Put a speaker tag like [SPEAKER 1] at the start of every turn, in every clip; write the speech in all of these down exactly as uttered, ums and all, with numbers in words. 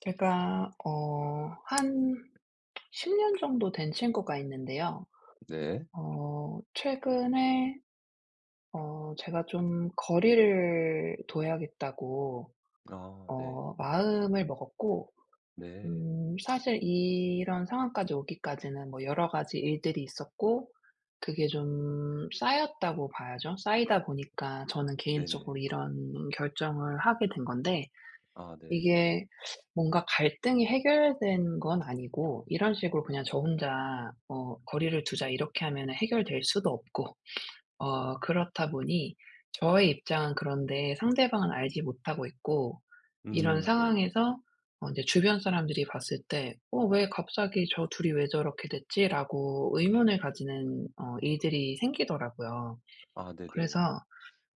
[SPEAKER 1] 제가 어 한 십 년 정도 된 친구가 있는데요.
[SPEAKER 2] 네.
[SPEAKER 1] 어 최근에 어 제가 좀 거리를 둬야겠다고
[SPEAKER 2] 아 네.
[SPEAKER 1] 어 마음을 먹었고,
[SPEAKER 2] 네.
[SPEAKER 1] 음 사실 이런 상황까지 오기까지는 뭐 여러 가지 일들이 있었고 그게 좀 쌓였다고 봐야죠. 쌓이다 보니까 저는 개인적으로
[SPEAKER 2] 네네.
[SPEAKER 1] 이런 결정을 하게 된 건데,
[SPEAKER 2] 아 네.
[SPEAKER 1] 이게 뭔가 갈등이 해결된 건 아니고 이런 식으로 그냥 저 혼자 어 '거리를 두자.' 이렇게 하면은 해결될 수도 없고, 어 그렇다 보니 저의 입장은 그런데 상대방은 알지 못하고 있고, 이런
[SPEAKER 2] 음 네네.
[SPEAKER 1] 상황에서 어 인제 주변 사람들이 봤을 때 '어 왜 갑자기 저 둘이 왜 저렇게 됐지?'라고 의문을 가지는 어 일들이 생기더라고요.
[SPEAKER 2] 아
[SPEAKER 1] 그래서
[SPEAKER 2] 네네.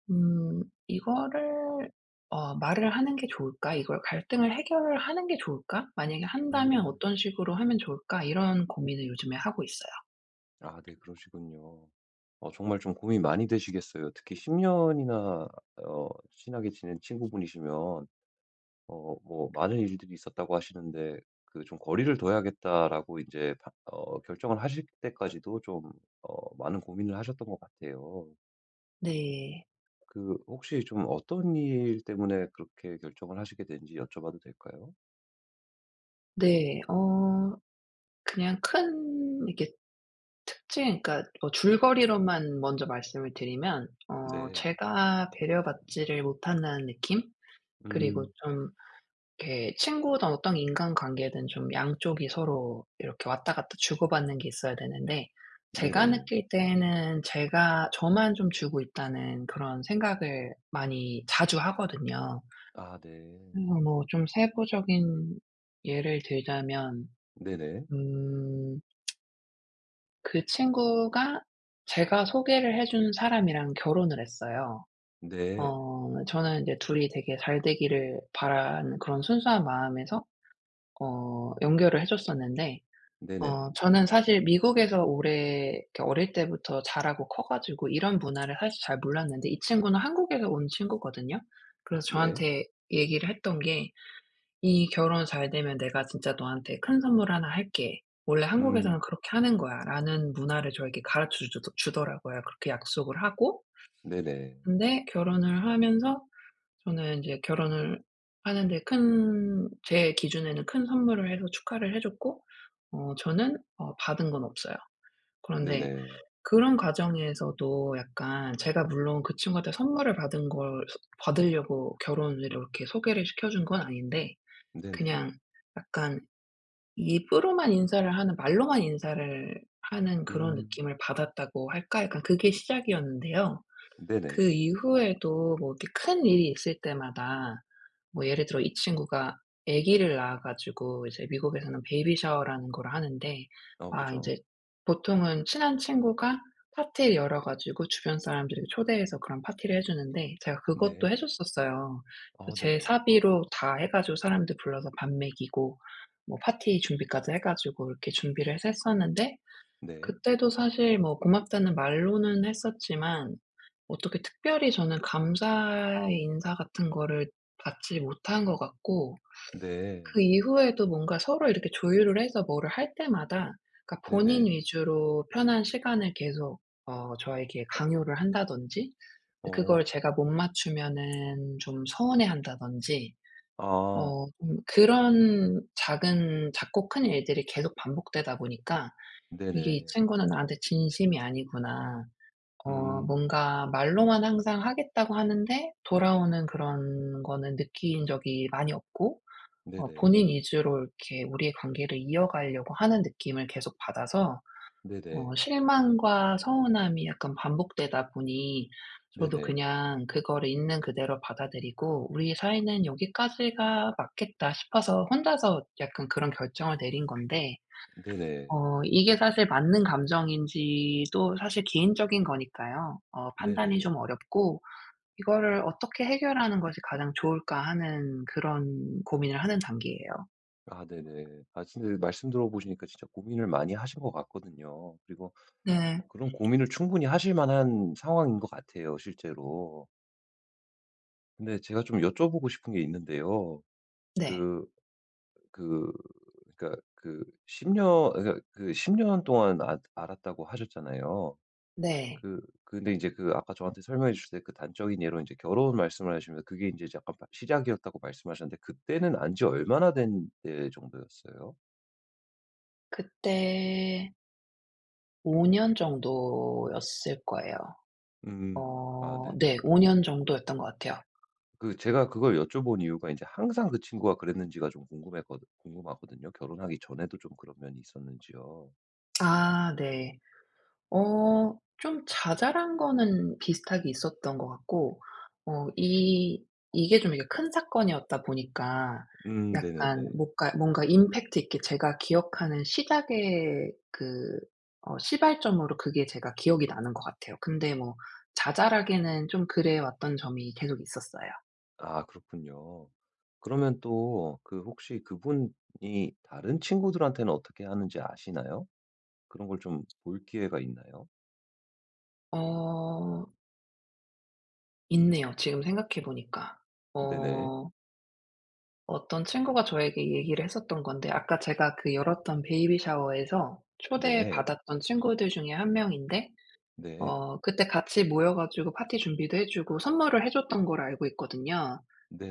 [SPEAKER 1] 음 이거를 어 '말을 하는 게 좋을까? 이걸 갈등을 해결하는 게 좋을까? 만약에 한다면
[SPEAKER 2] 음.
[SPEAKER 1] 어떤 식으로 하면 좋을까?' 이런 고민을 요즘에 하고 있어요.
[SPEAKER 2] 아 네, 그러시군요. 어 정말 좀 고민 많이 되시겠어요. 특히 십 년이나 어 친하게 지낸 친구분이시면 어 뭐 많은 일들이 있었다고 하시는데, 그 좀 '거리를 둬야겠다.'라고 이제 바 어 결정을 하실 때까지도 좀 어 많은 고민을 하셨던 것 같아요.
[SPEAKER 1] 네.
[SPEAKER 2] 그 혹시 좀 어떤 일 때문에 그렇게 결정을 하시게 된지 여쭤봐도 될까요?
[SPEAKER 1] 네. 어 그냥 큰 이렇게 특징, 그러니까 뭐 줄거리로만 먼저 말씀을 드리면 어
[SPEAKER 2] 네.
[SPEAKER 1] 제가 배려받지를 못한다는 느낌? 그리고
[SPEAKER 2] 음.
[SPEAKER 1] 좀 이렇게 친구든 어떤 인간관계든 좀 양쪽이 서로 이렇게 왔다 갔다 주고받는 게 있어야 되는데, 제가
[SPEAKER 2] 네네.
[SPEAKER 1] 느낄 때는 제가 저만 좀 주고 있다는 그런 생각을 많이 자주 하거든요.
[SPEAKER 2] 아 네.
[SPEAKER 1] 그래서 뭐 좀 세부적인 예를 들자면,
[SPEAKER 2] 네네.
[SPEAKER 1] 음 그 친구가 제가 소개를 해준 사람이랑 결혼을 했어요.
[SPEAKER 2] 네.
[SPEAKER 1] 어 저는 인제 둘이 되게 잘 되기를 바라는 그런 순수한 마음에서 어 연결을 해 줬었는데, 어
[SPEAKER 2] 네네.
[SPEAKER 1] 저는 사실 미국에서 오래 이렇게 어릴 때부터 자라고 커 가지고 이런 문화를 사실 잘 몰랐는데 이 친구는 한국에서 온 친구거든요. 그래서
[SPEAKER 2] 네.
[SPEAKER 1] 저한테 얘기를 했던 게 "이 결혼 잘 되면 내가 진짜 너한테 큰 선물 하나 할게. 원래
[SPEAKER 2] 음.
[SPEAKER 1] 한국에서는 그렇게 하는 거야."라는 문화를 저에게 가르쳐 주더 주더라고요. 그렇게 약속을 하고,
[SPEAKER 2] 네네.
[SPEAKER 1] 근데 결혼을 하면서 저는 이제 결혼을 하는데 큰, 제 기준에는 큰 선물을 해서 축하를 해 줬고, 어 저는 어 받은 건 없어요. 그런데
[SPEAKER 2] 네네.
[SPEAKER 1] 그런 과정에서도 약간 제가 물론 그 친구한테 선물을 받은 걸 소 받으려고 결혼을 이렇게 소개를 시켜 준 건 아닌데 그냥
[SPEAKER 2] 네네.
[SPEAKER 1] 약간 입으로만 인사를 하는 말로만 인사를 하는 그런
[SPEAKER 2] 음.
[SPEAKER 1] 느낌을 받았다고 할까? 약간 그게 시작이었는데요. 그
[SPEAKER 2] 네네.
[SPEAKER 1] 이후에도 뭐 이렇게 큰 일이 있을 때마다, 뭐 예를 들어 이 친구가 아기를 낳아 가지고, 이제 미국에서는 베이비 샤워라는 걸 하는데,
[SPEAKER 2] 어
[SPEAKER 1] 아 인제
[SPEAKER 2] 그죠.
[SPEAKER 1] 보통은 친한 친구가 파티를 열어 가지고 주변 사람들을 초대해서 그런 파티를 해 주는데, 제가 그것도 해
[SPEAKER 2] 네.
[SPEAKER 1] 줬었어요. 그래서
[SPEAKER 2] 어
[SPEAKER 1] 제
[SPEAKER 2] 네네.
[SPEAKER 1] 사비로 다 해 가지고 사람들 불러서 밥 먹이고 뭐 파티 준비까지 해 가지고 이렇게 준비를 해서 했었는데,
[SPEAKER 2] 네.
[SPEAKER 1] 그때도 사실 뭐 고맙다는 말로는 했었지만 어떻게 특별히 저는 감사의 인사 같은 거를 받지 못한 것 같고,
[SPEAKER 2] 네.
[SPEAKER 1] 그 이후에도 뭔가 서로 이렇게 조율을 해서 뭐를 할 때마다 그러니까 본인
[SPEAKER 2] 네네.
[SPEAKER 1] 위주로 편한 시간을 계속 어 저에게 강요를 한다든지, 그걸
[SPEAKER 2] 어.
[SPEAKER 1] 제가 못 맞추면은 좀 서운해한다든지,
[SPEAKER 2] 아.
[SPEAKER 1] 어 좀 그런 작은 작고 큰 일들이 계속 반복되다 보니까, 이게 '이
[SPEAKER 2] 네네.
[SPEAKER 1] 친구는 나한테 진심이 아니구나.' 어
[SPEAKER 2] 음.
[SPEAKER 1] 뭔가 말로만 항상 하겠다고 하는데 돌아오는 그런 거는 느낀 적이 많이 없고, 어
[SPEAKER 2] 네네.
[SPEAKER 1] 본인 위주로 이렇게 우리의 관계를 이어가려고 하는 느낌을 계속 받아서, 어
[SPEAKER 2] 네네.
[SPEAKER 1] 실망과 서운함이 약간 반복되다 보니 저도
[SPEAKER 2] 네네.
[SPEAKER 1] 그냥 그거를 있는 그대로 받아들이고 '우리 사이는 여기까지가 맞겠다.' 싶어서 혼자서 약간 그런 결정을 내린 건데,
[SPEAKER 2] 네네.
[SPEAKER 1] 어 이게 사실 맞는 감정인지도, 사실 개인적인 거니까요. 어 판단이
[SPEAKER 2] 네네네.
[SPEAKER 1] 좀 어렵고 이거를 '어떻게 해결하는 것이 가장 좋을까.' 하는 그런 고민을 하는 단계예요.
[SPEAKER 2] 아 네네. 아 진짜 말씀 들어보시니까 진짜 고민을 많이 하신 것 같거든요. 그리고
[SPEAKER 1] 네.
[SPEAKER 2] 어 그런 고민을 충분히 하실 만한 상황인 것 같아요, 실제로. 근데 제가 좀 여쭤보고 싶은 게 있는데요.
[SPEAKER 1] 네.
[SPEAKER 2] 그 그 그러니까 그 십 년, 그러니까 그 십 년 동안 아 알았다고 하셨잖아요.
[SPEAKER 1] 네.
[SPEAKER 2] 그 근데 이제 그 아까 저한테 설명해 주실 때, 그 단적인 예로 이제 결혼 말씀을 하시면서 그게 이제 약간 바 시작이었다고 말씀하셨는데, 그때는 안지 얼마나 된 때 정도였어요?
[SPEAKER 1] 그때 오 년 정도였을 거예요.
[SPEAKER 2] 음. 아
[SPEAKER 1] 어 네,
[SPEAKER 2] 네네.
[SPEAKER 1] 오 년 정도였던 것 같아요.
[SPEAKER 2] 그 제가 그걸 여쭤본 이유가 이제 항상 그 친구가 그랬는지가 좀 궁금했거 궁금하거든요. 결혼하기 전에도 좀 그런 면이 있었는지요.
[SPEAKER 1] 아 네. 어 좀 자잘한 거는 비슷하게 있었던 것 같고, 어 이 이게 좀 이게 큰 사건이었다 보니까
[SPEAKER 2] 음
[SPEAKER 1] 약간
[SPEAKER 2] 네네네.
[SPEAKER 1] 뭔가 뭔가 임팩트 있게 제가 기억하는 시작의 그 어 시발점으로 그게 제가 기억이 나는 것 같아요. 근데 뭐 자잘하게는 좀 그래 왔던 점이 계속 있었어요.
[SPEAKER 2] 아 그렇군요. 그러면 또 그 혹시 그분이 다른 친구들한테는 어떻게 하는지 아시나요? 그런 걸 좀 볼 기회가 있나요?
[SPEAKER 1] 어 있네요, 지금 생각해 보니까.
[SPEAKER 2] 네네.
[SPEAKER 1] 어, 어떤 친구가 저에게 얘기를 했었던 건데, 아까 제가 그 열었던 베이비 샤워에서
[SPEAKER 2] 네.
[SPEAKER 1] 초대받았던 친구들 중에 한 명인데,
[SPEAKER 2] 네.
[SPEAKER 1] 어 그때 같이 모여 가지고 파티 준비도 해 주고 선물을 해 줬던 걸 알고 있거든요.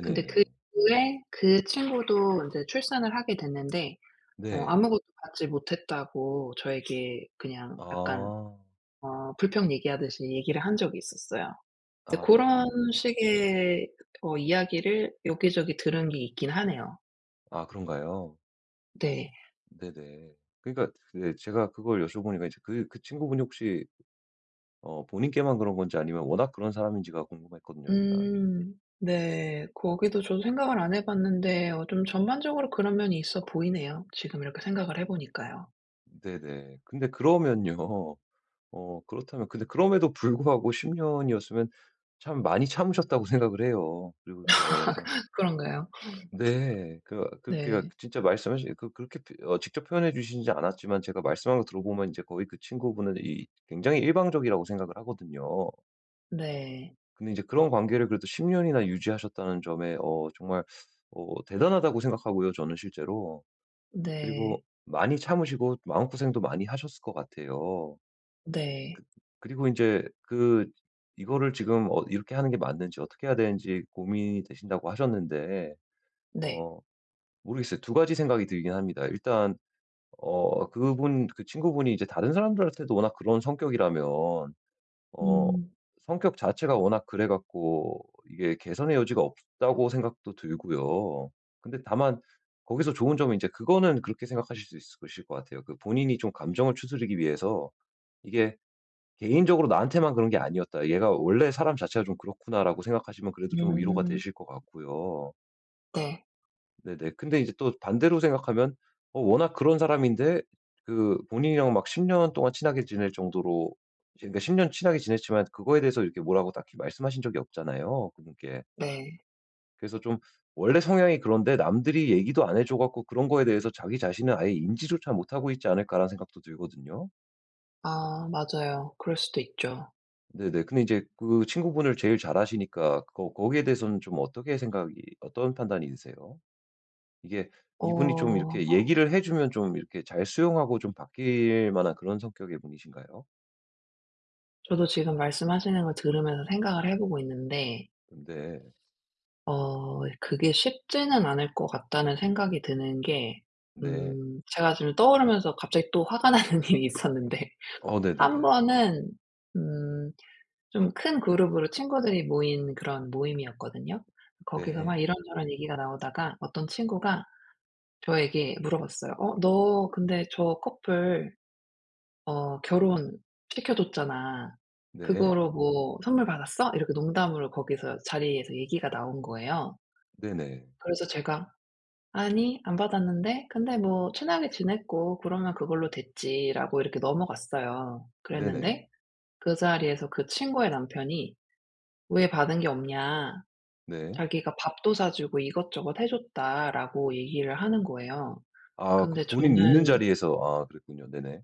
[SPEAKER 1] 근데 그 이후에 그 친구도 이제 출산을 하게 됐는데 어
[SPEAKER 2] 네.
[SPEAKER 1] 아무것도 받지 못했다고 저에게 그냥 약간
[SPEAKER 2] 아.
[SPEAKER 1] 어 불평 얘기하듯이 얘기를 한 적이 있었어요. 근데
[SPEAKER 2] 아
[SPEAKER 1] 그런
[SPEAKER 2] 그렇군요.
[SPEAKER 1] 식의 어 이야기를 여기저기 들은 게 있긴 하네요.
[SPEAKER 2] 아 그런가요?
[SPEAKER 1] 네.
[SPEAKER 2] 네네. 그러니까 그 제가 그걸 여쭤보니까, 이제 그 그 친구분이 혹시 어 본인께만 그런 건지 아니면 워낙 그런 사람인지가 궁금했거든요, 일단.
[SPEAKER 1] 음. 네. 거기도 저도 생각을 안 해 봤는데, 어 좀 전반적으로 그런 면이 있어 보이네요. 지금 이렇게 생각을 해 보니까요.
[SPEAKER 2] 네네. 근데 그러면요. 어 그렇다면, 근데 그럼에도 불구하고 십 년이었으면 참 많이 참으셨다고 생각을 해요. 그리고 그 어좀
[SPEAKER 1] 그런가요?
[SPEAKER 2] 네. 그 그렇게
[SPEAKER 1] 네.
[SPEAKER 2] 진짜 말씀하신 그 그렇게 피- 어 직접 표현해 주시지 않았지만, 제가 말씀한 거 들어보면 이제 거의 그 친구분은 이 굉장히 일방적이라고 생각을 하거든요.
[SPEAKER 1] 네.
[SPEAKER 2] 근데 이제 그런 관계를 그래도 십 년이나 유지하셨다는 점에 어 정말 어 대단하다고 생각하고요, 저는 실제로.
[SPEAKER 1] 네.
[SPEAKER 2] 그리고 많이 참으시고 마음고생도 많이 하셨을 것 같아요.
[SPEAKER 1] 네.
[SPEAKER 2] 그 그리고 이제 그 이거를 지금 어 이렇게 하는 게 맞는지 어떻게 해야 되는지 고민이 되신다고 하셨는데,
[SPEAKER 1] 네.
[SPEAKER 2] 어 모르겠어요. 두 가지 생각이 들긴 합니다. 일단 어 그분 그 친구분이 이제 다른 사람들한테도 워낙 그런 성격이라면 어
[SPEAKER 1] 음.
[SPEAKER 2] 성격 자체가 워낙 그래 갖고 이게 개선의 여지가 없다고 생각도 들고요. 근데 다만 거기서 좋은 점은 이제 그거는 그렇게 생각하실 수 있을 실것 같아요. 그 본인이 좀 감정을 추스르기 위해서 이게 '개인적으로 나한테만 그런 게 아니었다. 얘가 원래 사람 자체가 좀 그렇구나.'라고 생각하시면 그래도 좀 위로가
[SPEAKER 1] 음.
[SPEAKER 2] 되실 것 같고요.
[SPEAKER 1] 네.
[SPEAKER 2] 네네. 근데 이제 또 반대로 생각하면 어 워낙 그런 사람인데, 그 본인이랑 막 십 년 동안 친하게 지낼 정도로, 그러니까 십 년 친하게 지냈지만 그거에 대해서 이렇게 뭐라고 딱히 말씀하신 적이 없잖아요, 그분께.
[SPEAKER 1] 네.
[SPEAKER 2] 그래서 좀 원래 성향이 그런데 남들이 얘기도 안 해줘 갖고 그런 거에 대해서 자기 자신은 아예 인지조차 못하고 있지 않을까라는 생각도 들거든요.
[SPEAKER 1] 아 맞아요. 그럴 수도 있죠.
[SPEAKER 2] 네네. 근데 이제 그 친구분을 제일 잘 아시니까 거 거기에 대해서는 좀 어떻게 생각이, 어떤 판단이 드세요? 이게 이분이 좀 이렇게
[SPEAKER 1] 어,
[SPEAKER 2] 얘기를 해 주면 좀 이렇게 잘 수용하고 좀 바뀔 만한 그런 성격의 분이신가요?
[SPEAKER 1] 저도 지금 말씀하시는 걸 들으면서 생각을 해 보고 있는데
[SPEAKER 2] 근데
[SPEAKER 1] 어 그게 쉽지는 않을 것 같다는 생각이 드는 게,
[SPEAKER 2] 네.
[SPEAKER 1] 음 제가 지금 떠오르면서 갑자기 또 화가 나는 일이 있었는데,
[SPEAKER 2] 어
[SPEAKER 1] 한
[SPEAKER 2] 네네네.
[SPEAKER 1] 번은 음 좀 큰 그룹으로 친구들이 모인 그런 모임이었거든요. 거기서 막
[SPEAKER 2] 네.
[SPEAKER 1] 이런저런 얘기가 나오다가 어떤 친구가 저에게 물어봤어요. "어 너 근데 저 커플 어 결혼시켜 줬잖아.
[SPEAKER 2] 네.
[SPEAKER 1] 그거로 뭐 선물 받았어?" 이렇게 농담으로 거기서 자리에서 얘기가 나온 거예요.
[SPEAKER 2] 네네.
[SPEAKER 1] 그래서 제가 "아니, 안 받았는데, 근데 뭐 친하게 지냈고 그러면 그걸로 됐지."라고 이렇게 넘어갔어요.
[SPEAKER 2] 네네.
[SPEAKER 1] 그랬는데 그 자리에서 그 친구의 남편이 "왜 받은 게 없냐.
[SPEAKER 2] 네.
[SPEAKER 1] 자기가 밥도 사주고 이것저것 해 줬다."라고 얘기를 하는 거예요.
[SPEAKER 2] 아 그
[SPEAKER 1] 근데
[SPEAKER 2] 본인 있는
[SPEAKER 1] 저는
[SPEAKER 2] 자리에서, 아 그랬군요. 네네.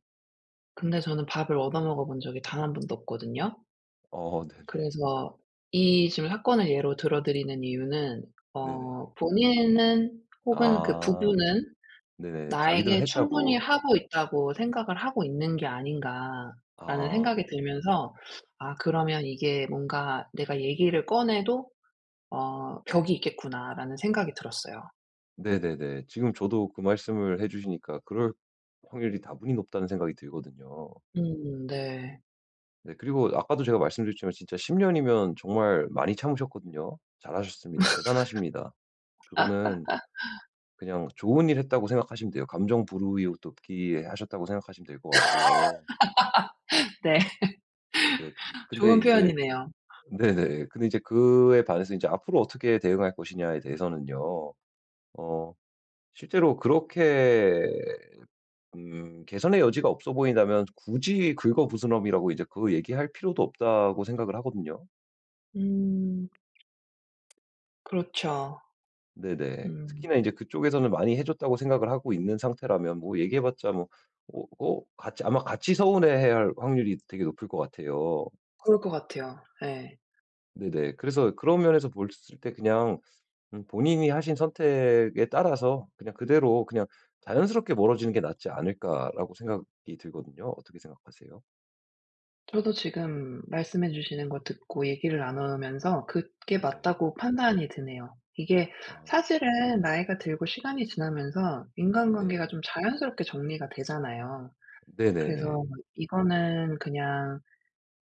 [SPEAKER 1] 근데 저는 밥을 얻어 먹어 본 적이 단 한 번도 없거든요.
[SPEAKER 2] 어 네네.
[SPEAKER 1] 그래서 이 지금 사건을 예로 들어 드리는 이유는
[SPEAKER 2] 네네.
[SPEAKER 1] 어 본인은, 혹은 그
[SPEAKER 2] 아
[SPEAKER 1] 부부는
[SPEAKER 2] 네네. 자기들은
[SPEAKER 1] 나에게 충분히
[SPEAKER 2] 했다고.
[SPEAKER 1] 하고 있다고 생각을 하고 있는 게 아닌가라는
[SPEAKER 2] 아
[SPEAKER 1] 생각이
[SPEAKER 2] 네네.
[SPEAKER 1] 들면서 '아 그러면 이게 뭔가 내가 얘기를 꺼내도 어 벽이 있겠구나.'라는 생각이 들었어요.
[SPEAKER 2] 네네네. 지금 저도 그 말씀을 해 주시니까 그럴 확률이 다분히 높다는 생각이 들거든요.
[SPEAKER 1] 음. 네.
[SPEAKER 2] 네. 그리고 아까도 제가 말씀드렸지만 진짜 십 년이면 정말 많이 참으셨거든요. 잘하셨습니다. 대단하십니다. 그거는 그냥 좋은 일 했다고 생각하시면 돼요. 감정 부르이웃돕기 하셨다고 생각하시면 될 것 같고요.
[SPEAKER 1] 네.
[SPEAKER 2] 네. 근데
[SPEAKER 1] 좋은
[SPEAKER 2] 이제
[SPEAKER 1] 표현이네요.
[SPEAKER 2] 네네. 근데 이제 그에 반해서 이제 앞으로 어떻게 대응할 것이냐에 대해서는요. 어 실제로 그렇게 음 개선의 여지가 없어 보인다면 굳이 긁어부스럼이라고 이제 그 얘기할 필요도 없다고 생각을 하거든요.
[SPEAKER 1] 음 그렇죠.
[SPEAKER 2] 네네.
[SPEAKER 1] 음
[SPEAKER 2] 특히나 이제 그쪽에서는 많이 해 줬다고 생각을 하고 있는 상태라면 뭐 얘기해 봤자 뭐 어 어 같이 아마 같이 서운해해야 할 확률이 되게 높을 것 같아요.
[SPEAKER 1] 그럴 것 같아요. 예.
[SPEAKER 2] 네네. 그래서 그런 면에서 봤을 때 그냥 음 본인이 하신 선택에 따라서 그냥 그대로 그냥 자연스럽게 멀어지는 게 낫지 않을까라고 생각이 들거든요. 어떻게 생각하세요?
[SPEAKER 1] 저도 지금 말씀해 주시는 거 듣고 얘기를 나누면서 그게
[SPEAKER 2] 네.
[SPEAKER 1] 맞다고 판단이 드네요. 이게
[SPEAKER 2] 아
[SPEAKER 1] 사실은 나이가 들고 시간이 지나면서 인간관계가
[SPEAKER 2] 네.
[SPEAKER 1] 좀 자연스럽게 정리가 되잖아요.
[SPEAKER 2] 네네네.
[SPEAKER 1] 그래서 이거는 그냥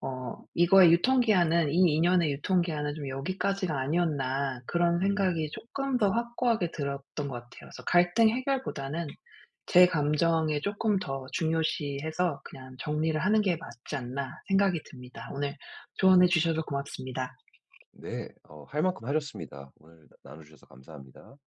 [SPEAKER 1] 어 '이거의 유통기한은 '이 인연의 유통기한은 좀 여기까지가 아니었나.' 그런 생각이
[SPEAKER 2] 음
[SPEAKER 1] 쪼끔 더 확고하게 들었던 것 같아요. 그래서 갈등 해결보다는 제 감정에 조금 더 중요시해서 그냥 정리를 하는 게 맞지 않나 생각이 듭니다. 오늘 조언해 주셔서 고맙습니다.
[SPEAKER 2] 네. 어 할 만큼 하셨습니다. 오늘 나눠 주셔서 감사합니다.